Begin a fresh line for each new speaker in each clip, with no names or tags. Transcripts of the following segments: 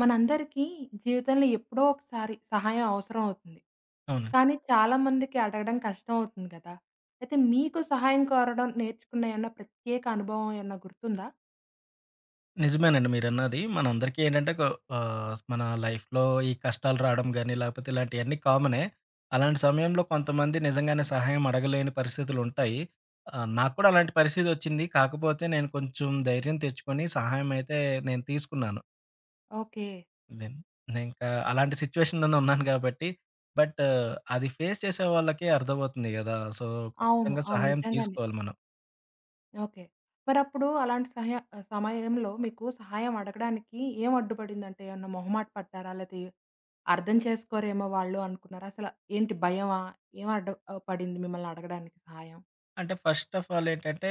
మనందరికీ జీవితంలో ఎప్పుడో ఒకసారి సహాయం అవసరం అవుతుంది.
అవును.
కానీ చాలా మందికి అడగడం కష్టం అవుతుంది కదా! అయితే మీకు సహాయం కోరడం నేర్చుకున్న ఏమన్నా ప్రత్యేక అనుభవం ఏమన్నా గుర్తుందా?
నిజమేనండి మీరన్నది. మనందరికీ ఏంటంటే మన లైఫ్‌లో ఈ కష్టాలు రావడం గాని, లేకపోతే ఇలాంటియన్నీ కామనే. అలాంటి సమయంలో కొంతమంది నిజంగానే సహాయం అడగలేని పరిస్థితులుంటాయి. నాకు కూడా అలాంటి పరిస్థితొచ్చింది. కాకపోతే నేను కొంచెం ధైర్యం తెచ్చుకొని సహాయం అయితే నేను తీసుకున్నాను.
ఓకే.
దెన్ నేనింకా అలాంటి సిట్యుయేషన్‌లోనే ఉన్నాను కాబట్టి, బట్ అది ఫేస్ చేసే వాళ్ళకే అర్థమవుతుంది గదా! సో,
అవును.
ఖచ్చితంగా
అవును.
సహాయం
నిజంగానే.
తీసుకోవాలి మనం.
ఓకే. మరప్పుడు అలాంటి సహయ సమయంలో మీకు సహాయం అడగడానికి ఏం అడ్డుపడిందంటే ఏమన్నా మొహమాట పడ్డారా? లేతే అర్థం చేసుకోరేమో వాళ్ళు అనుకున్నారా? అసల ఏంటి భయమా? ఏం అడ్డు పడింది మిమ్మల్ని అడగడానికి సహాయం?
అంటే ఫస్ట్ ఆఫ్ ఆల్ ఏంటంటే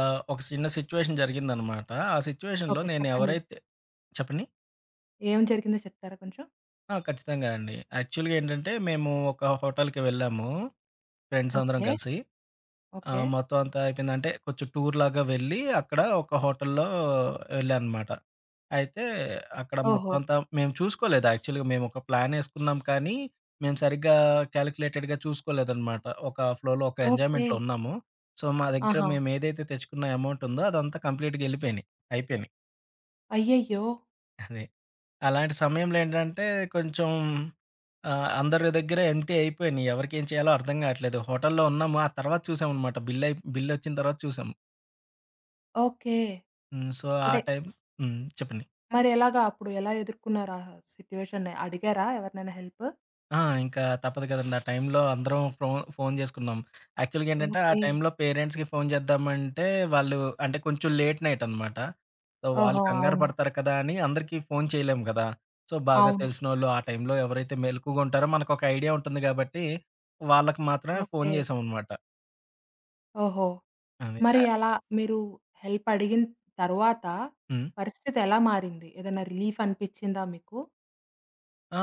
ఒక చిన్న సిట్యుయేషన్ జరిగిందనమాట. ఆ సిట్యుయేషన్‌లో
ఓకే.
నేను
చెప్పండి.
ఎవరైతే చెప్పండి?
ఏం జరిగిందో చెప్తారా కొంచెం?
ఆ! ఖచ్చితంగా అండి. యాక్చువల్‌గా ఏంటంటే మేము ఒక హోటల్‌కి వెళ్ళాము. ఫ్రెండ్స్ అందరం
ఓకే.
కలిసి. ఆ!
ఓకే.
మొత్తం అంతా అయిపోయింది. అంటే కొంచెం టూర్‌లాగా వెళ్ళి, అక్కడ ఒక హోటల్‌లో వెళ్ళాననమాట. అయితే అక్కడ మొత్తం
ఓహో!
అంతా మేము చూసుకోలేదు యాక్చువల్‌గా మేమొక ప్లానేసుకున్నాం కానీ, మేము సరిగ్గా క్యాలిక్యులేటెడ్‌గా చూసుకోలేదనమాట. ఒక ఫ్లోలో ఒక
ఓకే.
ఎంజాయ్‌మెంట్‌లో ఉన్నాము. సో, మా దగ్గర
ఆహా!
మేమేదైతే తెచ్చుకున్న ఎమౌంట్ ఉందో అదంతా కంప్లీట్‌గా ఎళ్ళిపోయినాయి. అయిపోయినాయి.
అయ్యయ్యో!
అది. అలాంటి సమయంలో ఏంటంటే కొంచెం అందరి దగ్గర ఎంప్టీ అయిపోయినాయి. ఎవరికేం చేయాలో అర్థం కావట్లేదు. హోటల్‌లో ఉన్నాము. ఆ తర్వాత చూసామనమాట బిల్ అయి బిల్ వచ్చిన తర్వాత చూసాం.
ఓకే.
హ్మ్. సో, ఆ
అంటే
టైం హ్మ్. చెప్పండి.
మరెలాగా అప్పుడు ఎలా ఎదుర్కొన్నారు ఆ సిట్యుయేషన్‌ని? అడిగారా ఎవరినైనా హెల్ప్?
ఆ! ఇంకా తప్పదు కదండీ. ఆ టైంలో అందరం ఫోన్ చేసుకున్నాం. యాక్చువల్‌గా ఏంటంటే, ఆ
ఓకే.
టైంలో పేరెంట్స్‌కి ఫోన్ చేద్దామంటే, వాళ్ళు అంటే కొంచెం లేట్ నైట్ అనమాట. సో, వాళ్ళు
ఓహో!
కంగారు
అవును.
పడతారు కదా అని అందరికీ ఫోన్ చేయలేము కదా! సో, బాగా
అవును.
తెలిసినోళ్ళు ఆ టైంలో ఎవరైతే మెలకువగా ఉంటారో మనకొక ఐడియా ఉంటుంది కాబట్టి, వాళ్ళకి మాత్రమే ఫోన్
ఓకే.
చేసామనమాట.
ఓహో!
అది.
మరి
ఆ!
అలా మీరు హెల్ప్ అడిగిన తరువాత
హ్మ్.
పరిస్థితి ఎలా మారింది? ఏదైనా రిలీఫ్ అనిపిచ్చిందా మీకు?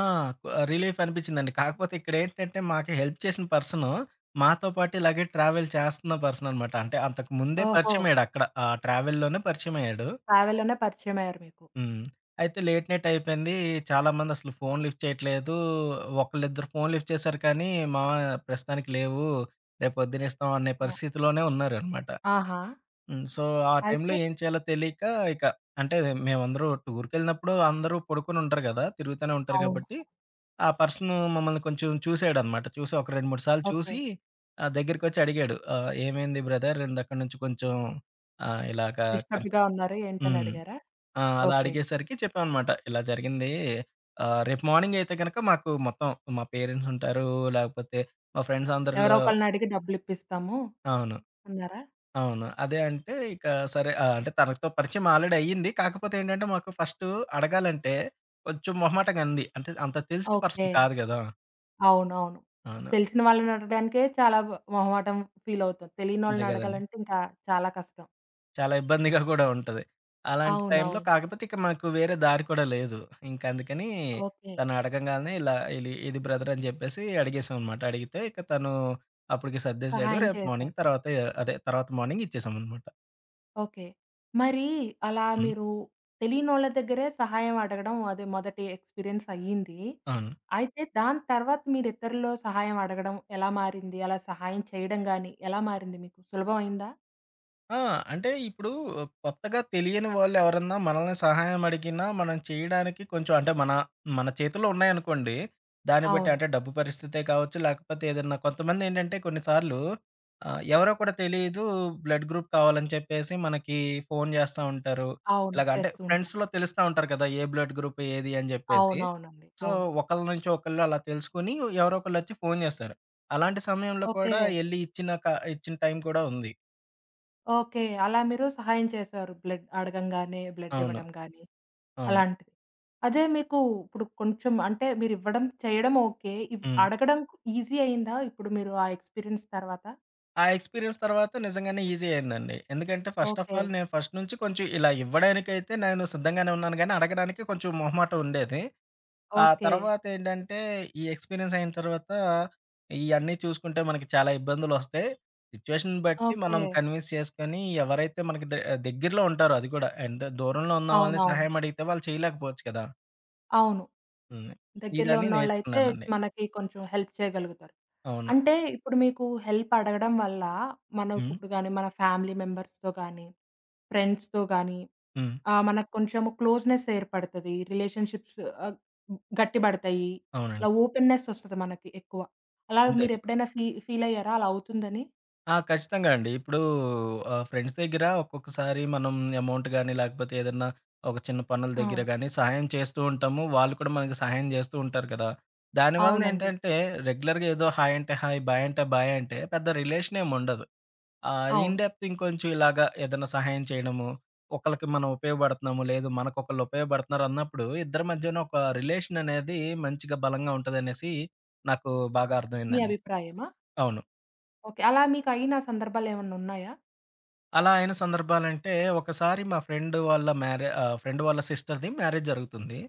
ఆ! కు రిలీఫ్ అనిపించిందండి. కాకపోతే ఇక్కడేంటంటే, మాకు హెల్ప్ చేసిన పర్సను, మాతో పాటు ఇలాగే ట్రావెల్ చేస్తున్న పర్సననమాట. అంటే అంతకు ముందే
ఓహో!
పరిచయమయ్యాడక్కడ. ఆ ట్రావెల్‌లోనే పరిచయమయ్యాడు.
ట్రావెల్‌లోనే పరిచయమయ్యారు మీకు.
హ్మ్. అయితే లేట్ నైట్ అయిపోయింది. చాలామందసలు ఫోన్ లిఫ్ట్ చేయట్లేదు. ఒకళ్ళిద్దరు ఫోన్ లిఫ్ట్ చేశారు కానీ, మావ ప్రస్తుతానికి లేవు, రేపొద్దున ఇస్తాం అనే
ఆ!
పరిస్థితిలోనే ఉన్నారనమాట.
ఆహా!
హ్మ్. సో, ఆ టైంలో
అయితే
ఏం చేయాలో తెలియక ఇక అంటే మేమందరూ టూర్‌కెళ్ళినప్పుడు అందరూ పడుకొనుండరు గదా! తిరుగుతూనే ఉంటారు
అవును.
కాబట్టి ఆ పర్సను మమ్మల్ని కొంచెం చూసాడనమాట. చూసి ఒక 2, 3 సార్లు
ఓకే.
చూసి దగ్గరికొచ్చి అడిగాడు. "ఏమైంది బ్రదర్ ఇందాకడి నుంచి కొంచెం ఇలాగ కన్"
డిస్టర్బ్డ్‌గా ఉన్నారు ఏంటని
హ్మ్.
అడిగారా?
ఆ! అలా
ఓకే.
అడిగేసరికి చెప్పామనమాట. ఇలా జరిగింది. రేపు మార్నింగ్ అయితే గనక మాకు మొత్తం మా పేరెంట్స్ ఉంటారు. లేకపోతే మా ఫ్రెండ్స్
ఎవరో
అందరిలో
ఒకళ్ళనడిగి డబ్బులిప్పిస్తాము
అవును.
అన్నారా?
అవును. అదే అంటే ఇక సరే అంటే తనతో పరిచయం ఆల్రెడీ అయ్యింది. కాకపోతే ఏంటంటే మాకు ఫస్టు అడగాలంటే కొంచెం మొహమాటంగా ఉంది. అంటే అంత తెలిసిన
ఓకే.
పర్సన్ కాదు గదా!
అవునవును.
అవును.
తెలిసిన వాళ్ళనడగడానికే చాలా బ్ మొహమాటం ఫీలవుతాం.
అంతే గదండీ!
తెలియనోళ్ళనడగాలంటే ఇంకా చాలా కష్టం.
చాలా ఇబ్బందిగా కూడా ఉంటది. అలాంటి
అవునవును.
టైంలో కాకపోతే ఇక మాకు వేరే దారి కూడా లేదు. ఇంకందుకని
ఓకే.
తను అడగంగాల్నే ఇలా ఇది ఇది బ్రదర్ అని చెప్పేసి అడిగేసామనమాట. అడిగితే ఇక తను అప్పటికి సర్దేసాడు.
సహాయం
రేపు మార్నింగ్
చేశారు.
తర్వాత అదే తర్వాత మార్నింగ్ ఇచ్చేసామనమాట.
ఓకే. మరి అలా
హ్మ్.
మీరు తెలియనోళ్ళ దగ్గరే సహాయం అడగడం అది మొదటి ఎక్స్‌పీరియన్స్ అయ్యింది.
అవును.
అయితే దాని తర్వాత మీరితరుల్లో సహాయం అడగడం ఎలా మారింది? అలా సహాయం చేయడం గాని ఎలా మారింది మీకు? సులభం అయిందా?
ఆ! అంటే ఇప్పుడు కొత్తగా తెలియని వాళ్ళెవరన్నా మనల్ని సహాయం అడిగినా, మనం చేయడానికి కొంచెం అంటే మన మన చేతుల్లో ఉన్నాయనుకోండి. దాన్ని బట్టి
అవును.
అంటే డబ్బు పరిస్థితే కావచ్చు, లేకపోతే ఏదన్నా కొంతమందేంటంటే కొన్ని సార్లు ఎవరో కూడా తెలీదు బ్లడ్ గ్రూప్ కావాలని చెప్పేసి మనకి ఫోను జేస్తా ఉంటారు.
అవును.
ఇలాగ అంటే
చేస్తూ ఉంటారు.
ఫ్రెండ్స్‌లో తెలుస్తా ఉంటారు కదా! ఏ బ్లడ్ గ్రూప్ ఏది అని జెప్పేసి.
అవునవునండి.
సో,
అవును.
ఒకళ్ళ నుంచి ఒకళ్ళు అలా తెలుసుకొని ఎవరో ఒకళ్ళొచ్చి ఫోను జేస్తారు. అలాంటి సమయంలో
ఓకే.
కూడా ఎళ్లి ఇచ్చిన టైం కూడా ఉంది.
ఓకే. అలా మీరు సహాయం చేశారు. బ్లడ్ అడగంగానే బ్లడ్
అవును.
ఇవ్వడం గాని
అవును.
అలాంటిది. అదే మీకు ఇప్పుడు కొంచెం అంటే మీరివ్వడం, చేయడం ఓకే. ఇవ్
హ్మ్.
అడగడం ఈజీ అయిందా? ఇప్పుడు మీరు ఆ ఎక్స్‌పీరియన్స్ తర్వాత?
ఆ ఎక్స్‌పీరియన్స్ తర్వాత నిజంగానే ఈజీ అయిందండి. ఎందుకంటే ఫస్ట్ ఆఫ్
ఓకే.
ఆల్ నేను ఫస్ట్ నుంచి కొంచెం ఇలా ఇవ్వడానికైతే నేను సిద్ధంగానే ఉన్నాను గానీ, అడగడానికి కొంచెం మొహమాటం ఉండేది. ఆ
ఓకే.
తర్వాతేంటంటే ఈ ఎక్స్‌పీరియన్స్ అయిన తర్వాత ఇయన్నీ చూసుకుంటే మనకి చాలా ఇబ్బందులొస్తాయి. సిట్యుయేషన్ బట్టి
ఓకే.
మనం కన్విన్స్ చేసుకొని ఎవరైతే మనకి దగ్గరలో ఉంటారో అది కూడా ఎంత దూరంలో ఉన్న వాళ్ళని
అవునవును.
సహాయం అడిగితే వాళ్ళు చేయలేకపోవచ్చు కదా!
అవును.
హ్మ్.
దగ్గరలో
ఇదని
ఉన్నోళ్ళైతే
నేర్చుకున్నానండి.
మనకి కొంచెం హెల్ప్ చేయగలుగుతారు.
అవును.
అంటే ఇప్పుడు మీకు హెల్ప్ అడగడం వల్ల
హ్మ్.
మనకిప్పుడు గాని, మన ఫ్యామిలీ మెంబర్స్‌తో గాని, ఫ్రెండ్స్‌తో గాని
హ్మ్.
ఆ! మనకు కొంచెము క్లోజ్‌నెస్ ఏర్పడతది. రిలేషన్‌షిప్స్ ఆహ్, గట్టిబడతాయి.
అవునండి.
ఇలా ఓపెన్‌నెస్ ఒస్తది మనకి ఎక్కువ. అలా
అంతే.
మీరెప్పుడైనా ఫీ ఫీల్ అయ్యారా అలా అవుతుందని?
ఆ! ఖచ్చితంగా అండి. ఇప్పుడు ఫ్రెండ్స్ దగ్గర ఒక్కొక్కసారి మనం అమౌంట్ గాని, లేకపోతే ఏదన్నా ఒక చిన్న పనుల దగ్గర
ఆ!
గాని సహాయం చేస్తూ ఉంటాము. వాళ్ళు కూడా మనకి సహాయం చేస్తూ ఉంటారు కదా! దానివలన
అవునండి.
ఏంటంటే రెగ్యులర్‌గా ఏదో హాయ్ అంటే హాయ్, బాయ్ అంటే బాయ్ అంటే పెద్ద రిలేషన్ ఏమి ఉండదు. ఇన్
అవును.
డెప్త్ ఇంకొంచెం ఇలాగా ఏదన్నా సహాయం చేయడము, ఒకళ్ళకి మనం ఉపయోగపడుతున్నాము, లేదు మనకొకళ్ళు ఉపయోగపడుతున్నారు అన్నప్పుడు ఇద్దరి మధ్యన ఒక రిలేషన్ అనేది మంచిగా బలంగా ఉంటదనేసి నాకు బాగా
మీ
అర్థమైందండి.
అభిప్రాయమా?
అవును.
ఓకే. అలా మీకయిన సందర్భాలేమన్నా ఉన్నాయా?
అలా అయిన సందర్భాలంటే, ఒకసారి మా ఫ్రెండ్ వాళ్ళ ఫ్రెండ్ వాళ్ళ సిస్టర్‌ది మ్యారేజ్ జరుగుతుంది.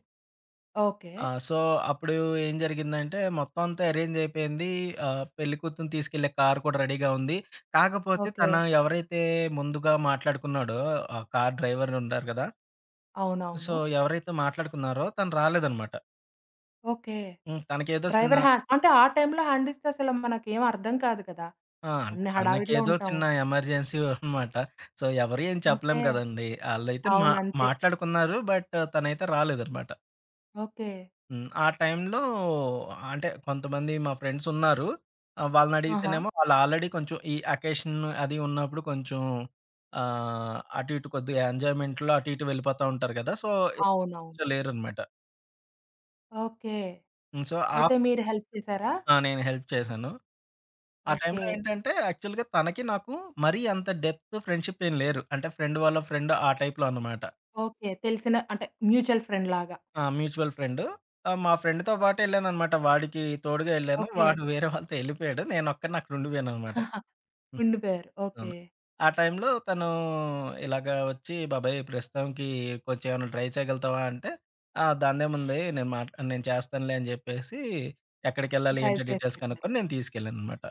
ఓకే.
ఆ! సో, అప్పుడు ఏం జరిగిందంటే, మొత్తం అంతా అరేంజ్ అయిపోయింది. పెళ్ళికూతురుని తీసుకెళ్ళే కారు కూడా రెడీగా ఉంది. కాకపోతే
ఓకే.
తను ఎవరైతే ముందుగా మాట్లాడుకున్నాడో, ఆ కార్ డ్రైవర్ ఉంటారు కదా! సో,
అవునవును.
ఎవరైతే మాట్లాడుకున్నారో తను రాలేదనమాట.
ఓకే.
హ్మ్. తనకేదో
డ్రైవర్
చిన్న
హ్యా అంటే ఆ టైంలో హ్యాండ్ ఇస్తే అసలు మనకేం అర్థం కాదు కదా!
ఆ! అంటే
అన్ని హడావిడిలో
తనకేదో
ఉంటాము.
చిన్న ఎమర్జెన్సీ అనమాట. సో, ఎవరు ఏం చెప్పలేం
ఓకే.
కదండీ. ఆళ్ళైతే మా
అవును. అంతే.
మాట్లాడుకున్నారు. తనైతే రాలేదనమాట.
ఓకే.
హ్మ్. ఆ టైంలో అంటే కొంతమంది మా ఫ్రెండ్స్ ఉన్నారు.
ఆహా!
వాళ్ళనడిగితేనేమో వాళ్ళు ఆల్రెడీ కొంచెం ఈ అకేషన్ అది ఉన్నప్పుడు కొంచెం అటు ఇటు కొద్దిగా ఎంజాయ్‌మెంట్‌లో అటు ఇటు వెళ్ళిపోతా ఉంటారు కదా! సో,
అవునవును.
ఇంట్లో లేరనమాట.
ఓకే.
హ్మ్. సో, ఆ
అయితే మీరు హెల్ప్ చేసారా?
ఆ! నేను హెల్ప్ చేశాను. ఆ
ఓకే.
టైంలో ఏంటంటే యాక్చువల్‌గా తనకి నాకు మరీ అంత డెప్త్ ఫ్రెండ్‌షిప్ ఏం లేరు. అంటే ఫ్రెండ్ వాళ్ళ ఫ్రెండ్ ఆ టైప్‌లో అనమాట.
ఓకే. తెలిసిన అంటే మ్యూచువల్ ఫ్రెండ్ లాగా.
ఆ! Mutual friend. మా ఫ్రెండ్‌తో పాటు వెళ్ళాననమాట. వాడికి తోడుగా వెళ్ళాను.
ఓకే.
వాడు వేరే వాళ్ళతో వెళ్ళిపోయాడు. నేనొక్కడిని అక్కడుండిపోయాననమాట.
ఆహా! ఉండిపోయారు. ఓకే.
అవును. ఆ టైంలో తను ఇలాగా వచ్చి, "బాబాయ్ ప్రస్తుతానికి కొంచెం ఏమైనా ట్రై చేయగలుగుతావా?" అంటే, "ఆ! దాందేముంది నేను నేను చేస్తానులే" అని చెప్పేసి, ఎక్కడికెళ్ళాలి
డ్రైవ్
ఏంటో
చేసి
డీటెయిల్స్
పెట్టారు.
కనుక్కొని నేను తీసుకెళ్ళాననమాట.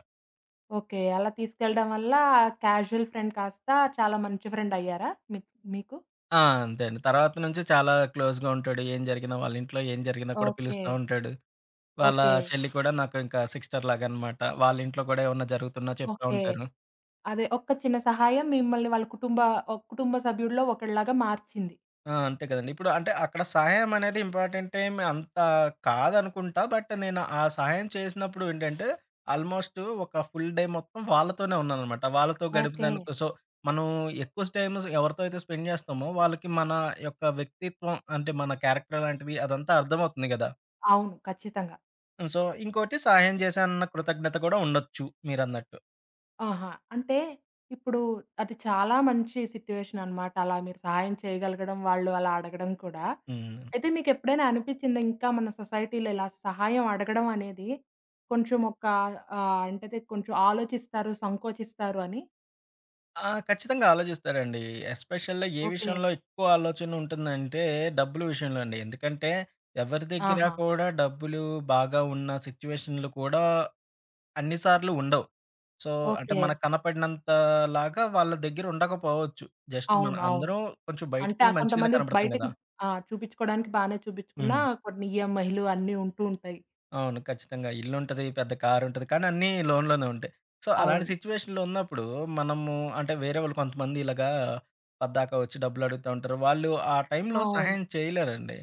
ఓకే. అలా తీసుకెళ్ళడం వల్ల క్యాజువల్ ఫ్రెండ్ కాస్త చాలా మంచి ఫ్రెండ్ అయ్యారా? మీ మీకు?
ఆ! అంతే అండి. తర్వాత నుంచి చాలా క్లోజ్‌గా ఉంటాడు. ఏం జరిగినా వాళ్ళ ఇంట్లో ఏం జరిగినా కూడా
ఓకే.
పిలుస్తా ఉంటాడు. వాళ్ళ
ఓకే.
చెల్లి కూడా నాకు ఇంకా సిస్టర్ లాగా అనమాట. వాళ్ళ ఇంట్లో కూడా ఏమన్నా జరుగుతున్నా చెప్తా
ఓకే.
ఉంటారు.
అదే ఒక్క చిన్న సహాయం మిమ్మల్ని వాళ్ళ కుటుంబ, కుటుంబ సభ్యుల్లో ఒకళ్ళలాగా మార్చింది.
ఆ! అంతే కదండీ. ఇప్పుడు అంటే అక్కడ సహాయం అనేది ఇంపార్టెంట్ ఏమి అంత కాదనుకుంటా. నేను ఆ సహాయం చేసినప్పుడు ఏంటంటే, ఆల్మోస్ట్ ఒక ఫుల్ డే మొత్తం వాళ్ళతోనే ఉన్నాననమాట. వాళ్ళతో
ఓకే.
గడిపేదానికి సో, మనం ఎక్కువ టైమ్ ఎవరితో అయితే స్పెండ్ చేస్తామో, వాళ్ళకి మన యొక్క వ్యక్తిత్వం అంటే మన క్యారెక్టర్ లాంటిది అదంతా అర్థమవుతుంది గదా!
అవును. ఖచ్చితంగా.
సో, ఇంకోటి సహాయం చేశానన్న కృతజ్ఞత కూడా ఉండొచ్చు మీరన్నట్టు.
ఆహా! అంటే ఇప్పుడు అది చాలా మంచి సిట్యుయేషన్ అనమాట. అలా మీరు సహాయం చేయగలగడం, వాళ్ళు అలా అడగడం కూడా.
హ్మ్.
అయితే మీకెప్పుడైనా అనిపిచ్చిందా ఇంకా మన సొసైటీలో ఇలా సహాయం అడగడం అనేది కొంచెం ఒక అంటే కొంచెం ఆలోచిస్తారు, సంకోచిస్తారు అని?
ఆ! ఖచ్చితంగా ఆలోచిస్తారండి. ఎస్పెషల్‌గా ఏ
ఓకే.
విషయంలో ఎక్కువ ఆలోచన ఉంటుందంటే డబ్బుల విషయంలో అండి. ఎందుకంటే ఎవరి దగ్గర
ఆహా!
కూడా డబ్బులు బాగా ఉన్న సిట్యుయేషన్‌లు కూడా అన్ని సార్లు ఉండవు. సో, అంటే
ఓకే.
మనకు కనపడినంత లాగా వాళ్ళ దగ్గర ఉండకపోవచ్చు. జస్ట్ మన
అవును. అవును.
అందరం కొంచెం
అంటే ఆ
బయటికి మంచిగానే
కొంతమంది
కనపడతాం
బయటకి
గదా!
ఆ! చూపిచ్చుకోవడానికి బానే చూపిచ్చుకున్నా
హ్మ్.
కొన్ని ఈఎంఐలు అన్నీ ఉంటూ ఉంటాయి.
అవును. ఖచ్చితంగా. ఇల్లుంటది, పెద్ద కారుంటది. కానీ అన్నీ లోన్‌లోనే ఉంటాయి. సో, అలాంటి
అవును.
సిట్యుయేషన్‌లో ఉన్నప్పుడు మనము అంటే వేరే వాళ్ళు కొంతమంది ఇలాగా పద్దాక వచ్చి డబ్బులడుగుతా ఉంటారు. వాళ్ళు ఆ టైంలో
అవును.
సహాయం చేయలేరండి.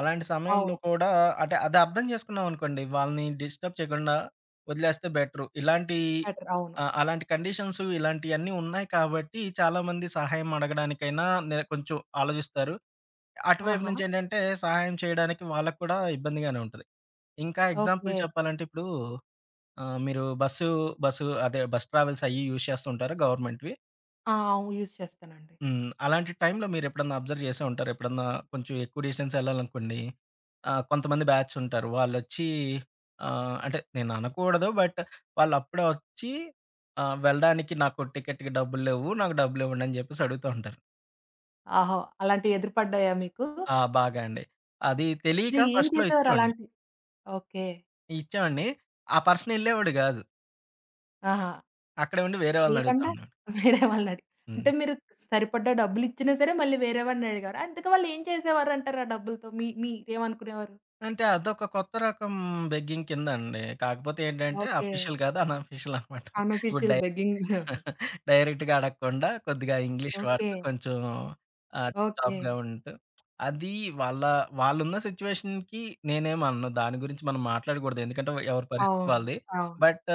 అలాంటి సమయంలో
అవును.
కూడా అంటే అది అర్థం చేసుకున్నామనుకోండి, వాళ్ళని డిస్టర్బ్ చేయకుండా వదిలేస్తే బెటరు. ఇలాంటి
బెటర్. అవును.
అలాంటి కండిషన్స్ ఇలాంటియన్నీ ఉన్నాయి కాబట్టి చాలామంది సహాయం అడగడానికైనా నే కొంచెం ఆలోచిస్తారు. అటువైపు
ఆహా!
నుంచేంటంటే సహాయం చేయడానికి వాళ్ళకి కూడా ఇబ్బందిగానే ఉంటది. ఇంకా ఎగ్జాంపుల్
ఓకే.
చెప్పాలంటే ఇప్పుడు మీరు బస్సు బస్సు అదే బస్ ట్రావెల్స్ అయ్యి యూజ్ చేస్తుంటారు గవర్నమెంట్‌వి.
ఆ! అవు యూజ్ చేస్తానండి.
హ్మ్. అలాంటి టైంలో మీరెప్పుడన్నా అబ్జర్వ్ చేసే ఉంటారు. ఎప్పుడన్నా కొంచెం ఎక్కువ డిస్టెన్స్ ఎళ్ళాలనుకోండి. కొంతమంది బ్యాచ్ ఉంటారు. వాళ్ళొచ్చి అంటే నేను అనకూడదు. వాళ్ళప్పుడే వచ్చి వెళ్ళడానికి నాకు టికెట్‌కి డబ్బులు లేవు. నాకు డబ్బులివ్వండి అని చెప్పేసి అడుగుతా ఉంటారు.
ఆహా! అలాంటివి ఎదురుపడ్డాయా మీకు?
ఆ! బాగా అండి. అది తెలియక
మీరు ఏం
ఫస్ట్‌లో
చేసేవారు
ఇచ్చేవాడిని.
అలాంటి ఓకే.
ఇచ్చేవాడిని. ఆ పర్సన్ ఎళ్ళేవాడు కాదు.
ఆహా!
అక్కడే ఉండి వేరే వాళ్ళని అడుగుతా
ఎళ్ళకుండా
ఉన్నాడు.
వేరే వాళ్ళనడిగి
హ్మ్.
అంటే మీరు సరిపడ్డ డబ్బులిచ్చినా సరే మళ్ళీ వేరే వాడినడిగారు. అందుకే వాళ్ళు ఏం చేసేవారంటారు ఆ డబ్బులతో? మీ మీరేమనుకునేవారు?
అంటే అదొక కొత్త రకం బెగ్గింగ్ కిందండి. కాకపోతే ఏంటంటే
ఓకే.
అఫీషియల్ కాదు. అనఫీషియల్ అనమాట. ఇప్పుడు
అన్‌అఫీషియల్ బెగ్గింగ్.
డైరెక్ట్‌గా అడగకుండా కొద్దిగా ఇంగ్లీష్
ఓకే.
వాడుతూ కొంచెం టిప్
ఓకే.
టాప్‌గా ఉంటూ అది వాళ్ళ వాళ్ళున్న సిట్యుయేషన్‌కి నేనేమనను. దాని గురించి మనం మాట్లాడకూడదు. ఎందుకంటే ఎవరి పరిస్థితి
అవును.
వాళ్ళది.
అవును.
బట్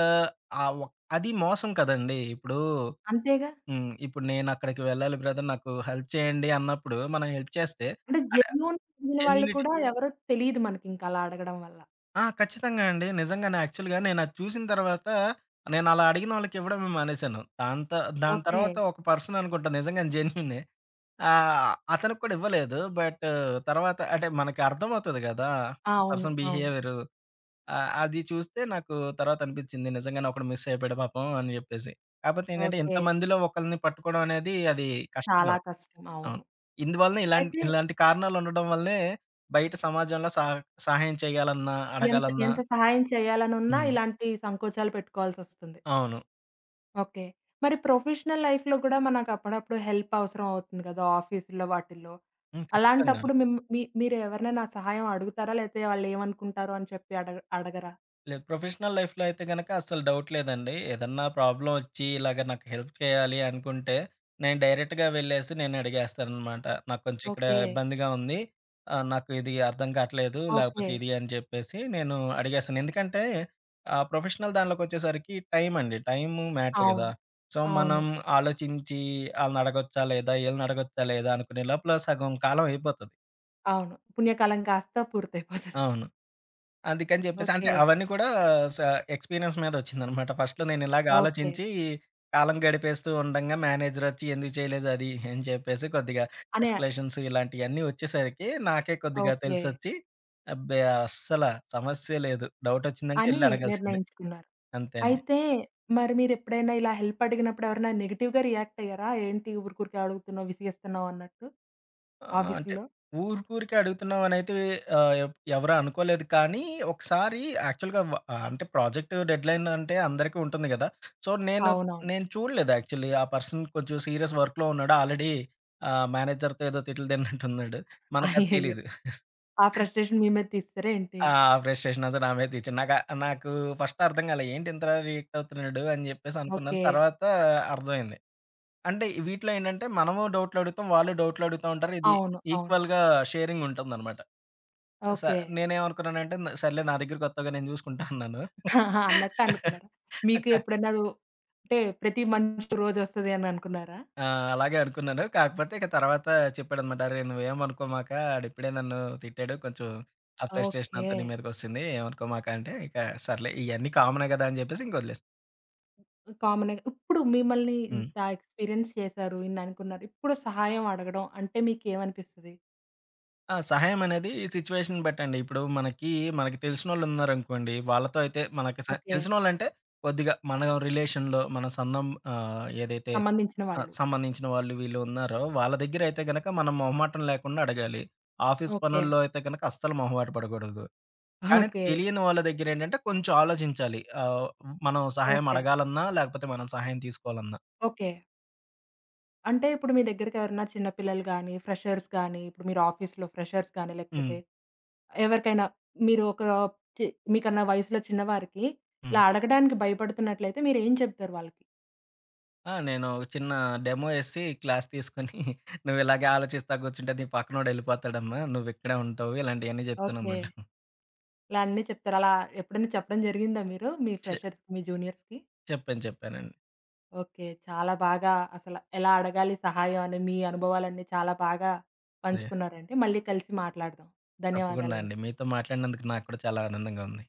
ఆహ్, ఒ అది మోసం కదండీ! ఇప్పుడు
అంతేగా!
హ్మ్. ఇప్పుడు నేనక్కడికి వెళ్ళాలి బ్రదర్ నాకు హెల్ప్ చేయండి అన్నప్పుడు మనం హెల్ప్ చేస్తే
అంటే
అంటే
జెన్యూన్ అడిగిన వాళ్ళు
జెన్యూనిటీ
కూడా ఎవరో తెలీదు మనకింక అలా అడగడం వల్ల.
ఆ! ఖచ్చితంగా అండి. నిజంగానే యాక్చువల్‌గా నేనది చూసిన తర్వాత నేను అలా అడిగిన వాళ్ళకి ఇవ్వడం మానేశాను. దాని
ఓకే.
తర్వాత ఒక పర్సన్ అనుకుంటా నిజంగానే జెన్యూనే. అతనికి కూడా ఇవ్వలేదు. తర్వాత అంటే మనకి అర్థమవుతది గదా!
అవును.
పర్సన్
అవును.
బిహేవియరు. అది చూస్తే నాకు తర్వాత అనిపిచ్చింది. నిజంగానే ఒకడు మిస్ అయిపోయాడు పాపం అని జెప్పేసి. కాపోతే ఏంటంటే
ఓకే.
ఇంతమందిలో ఒకళ్ళని పట్టుకోవడం అనేది అది
చాలా
కష్టతరం.
కష్టం. అవును.
అవును. ఇందువలనే ఇలాంటి
అయితే
ఇలాంటి కారణాలుండడం వల్లే బయట సమాజంలో సహాయం చేయాలన్నా,
ఎంత
అడగాలన్నా
ఎంత సహాయం చేయాలనున్నా
హ్మ్.
ఇలాంటి సంకోచాలు పెట్టుకోవాల్సొస్తుంది.
అవును.
ఓకే. మరి ప్రొఫెషనల్ లైఫ్‌లో గూడా మనకప్పుడప్పుడు హెల్ప్ అవసరం అవుతుంది గదా! ఆఫీసుల్లో వాటిల్లో.
హ్మ్. ఖచ్చితంగా.
అలాంటప్పుడు మిమ్ మీ మీరు ఎవరినైనా సహాయం అడుగుతారా? లేతే వాళ్ళేమనుకుంటారో అని చెప్పి అడగ అడగరా?
లేదు ప్రొఫెషనల్ లైఫ్‌లో అయితే గనక అస్సలు డౌట్ లేదండి. ఏదన్నా ప్రాబ్లమ్ ఒచ్చి ఇలాగ నాకు హెల్ప్ చేయాలి అనుకుంటే, నేను డైరెక్ట్‌గా వెళ్ళేసి నేను అడిగేస్తాననమాట. నాకు కొంచెం ఇక్కడ
ఓకే.
ఇబ్బందిగా ఉంది. నాకు ఇది అర్థం కాట్లేదు.
ఓకే.
లేకపోతే ఇది అని చెప్పేసి నేను అడిగేస్తాను. ఎందుకంటే ప్రొఫెషనల్ దానిలోకొచ్చేసరికి టైం అండి. టైము మ్యాటర్ గదా!
అవును.
సో,
అవును.
మనం ఆలోచించి ఆళ్ళనడగొచ్చా లేదా? ఈళ్ళనడగొచ్చా లేదా? అనుకునే లోపల సగం కాలం అయిపోతది.
అవును. పుణ్యకాలం కాస్త పూర్తయిపోతది.
అవును. అందుకని జెప్పేసి అంటే
ఓకే.
అవన్నీ కూడా స ఎక్స్‌పీరియన్స్ మీదొచ్చిందనమాట. ఫస్ట్‌లో నేనిలాగ
ఓకే.
ఆలోచించి కాలం గడిపేస్తూ ఉండంగా మేనేజరొచ్చి ఎందుకు చేయలేదు అది అని చెప్పేసి కొద్దిగా
అనే
ఎస్కలేషన్స్ ఇలాంటియన్నీ ఒచ్చేసరికి నాకే కొద్దిగా
ఓకే.
తెలిసొచ్చి అబ్బే! అస్సల సమస్యే లేదు. డౌటొచ్చిందంటే
అని
ఎళ్లి అడగాల్సిందే.
నిర్ణయించుకున్నారు.
అంతే అండి.
అయితే మరి మీరెప్పుడైనా ఇలా హెల్ప్ అడిగినప్పుడు ఎవరైనా నెగెటివ్‌గా రియాక్ట్ అయ్యారా? ఏంటి ఊరుకూరికే అడుగుతున్నావు, విసిగేస్తున్నావు అన్నట్టు
ఆ! అంటే
ఆఫీసులో?
ఊరికూరికే అడుగుతున్నామనైతే ఆహ్, ఎవ్ ఎవరు అనుకోలేదు కానీ, ఒకసారి యాక్చువల్‌గా వ అంటే ప్రాజెక్ట్ డెడ్‌లైన్ అంటే అందరికీ ఉంటుంది గదా! సో, నేను
అవునవును.
నేను చూడలేదు యాక్చువల్లీ. ఆ పర్సన్ కొంచెం సీరియస్ వర్క్‌లో ఉన్నాడు. ఆల్రెడీ మేనేజర్‌తో ఏదో తిట్లు తిన్నట్టున్నాడు. మనకది
అయ్యయ్యో!
తెలీదు.
ఆ ఫ్రస్ట్రేషన్ మీ మీద తీసేసారా ఏంటి?
ఆ! ఫ్రస్ట్రేషన్ అంతా నా మీద తెచ్చాడు. నాకు ఫస్ట్ అర్థం కాలే. ఏంటి ఇంత రియాక్ట్ అవుతున్నాడు అని చెప్పేసి అనుకున్నాను.
ఓకే.
తర్వాత అర్థమైంది. అంటే వీటిలో ఏంటంటే మనము డౌట్‌లు అడుగుతాం. వాళ్ళు డౌట్‌లు అడుగుతా ఉంటారు. ఇది
అవును. అవును.
ఈక్వల్‌గా షేరింగ్ ఉంటుందనమాట. స
ఓకే.
నేనేమనుకున్నానంటే సర్లే నా దగ్గర కొత్తగా నేను చూసుకుంటా అన్నాను.
ఆహా, అన్నట్టు అనుకున్నారా? మీకు
అక్క
ఎప్పుడైనా అది అంటే ప్రతి మనిషికి రోజొస్తది అని అనుకున్నారా?
ఆ! అలాగే అనుకున్నాను. కాకపోతే ఇక తర్వాత చెప్పాడన్నమాట. "అరేయ్! నువ్వేమనుకోమాక ఆడిప్పుడే నన్ను తిట్టాడు. కొంచెం ఆ ఫ్రస్ట్రేషన్
ఓకే.
అంతా నీ మీదకొస్తుంది. ఏమనుకోమాక" అంటే ఇక సర్లే ఇయన్నీ కామనే కదా! అని చెప్పేసి ఇంక వదిలేసా.
కామనే. ఇప్పుడు మిమ్మల్ని
హ్మ్.
ఇంత ఎక్స్‌పీరియన్స్ చేశారు, ఇన్ని అనుకున్నారు. ఇప్పుడు సహాయం అడగడం అంటే మీకేమనిపిస్తది?
ఆ! సహాయం అనేది సిట్యుయేషన్‌ని బట్టండి. ఇప్పుడు మనకి తెలిసినోళ్ళున్నారనుకోండి. వాళ్ళతో అయితే మనకి
ఓకే.
తెలిసినోళ్ళంటే కొద్దిగా మన రిలేషన్‌లో ఏదైతే
సంబంధించిన
ఆ!
వాళ్ళు.
సంబంధించిన వాళ్ళు వీళ్ళు ఉన్నారో, వాళ్ళ దగ్గరైతే గనక మనం మొహమాటం లేకుండా అడగాలి. Office
okay.
పనుల్లో అయితే గనక అస్సలు మొహమాట పడకూడదు. కానీ
ఓకే.
తెలియని వాళ్ళ దగ్గరేంటంటే కొంచెం ఆలోచించాలి. మనం సహాయం
ఓకే.
అడగాలన్నా, లేకపోతే మనం సహాయం తీసుకోవాలన్నా.
ఓకే. అంటే ఇప్పుడు మీ దగ్గరకి ఎవరైనా చిన్న పిల్లలు గాని, ఫ్రెషర్స్ గాని, ఇప్పుడు మీరు ఆఫీస్‌లో ఫ్రెషర్స్ గాని,
హ్మ్.
లేకపోతే ఎవరికైనా మీరు ఒక చి మీకన్నా వయసులో చిన్నవారికి ఇలా
హ్మ్.
అడగడానికి భయపడుతున్నట్లయితే మీరేం చెప్తారు వాళ్ళకి?
ఆ! నేను ఒక చిన్న డెమో ఏసి క్లాస్ తీసుకొని "నువ్వు ఇలాగే ఆలోచిస్తా కూర్చుంటే నీ పక్కనోడు ఎళ్ళిపోతాడమ్మా. నువ్వు ఇక్కడే ఉంటావు" ఇలాంటియన్నీ
ఓకే.
చెప్తాననమాట.
ఇలా అన్నీ చెప్తారు. అలా ఎప్పుడైనా చెప్పడం జరిగిందా మీరు మీ
చె
ఫ్రెషర్స్‌కి, మీ జూనియర్స్‌కి?
చెప్పాను చెప్పానండి.
ఓకే. చాలా బాగా అసలు ఎలా అడగాలి సహాయం అని మీ అనుభవాలన్నీ చాలా బాగా
అదే.
పంచుకున్నారండి. మళ్ళీ కలిసి మాట్లాడదాం.
తప్పకుండా అండి.
ధన్యవాదాలండి.
మీతో మాట్లాడినందుకు నాకు కూడా చాలా ఆనందంగా ఉంది.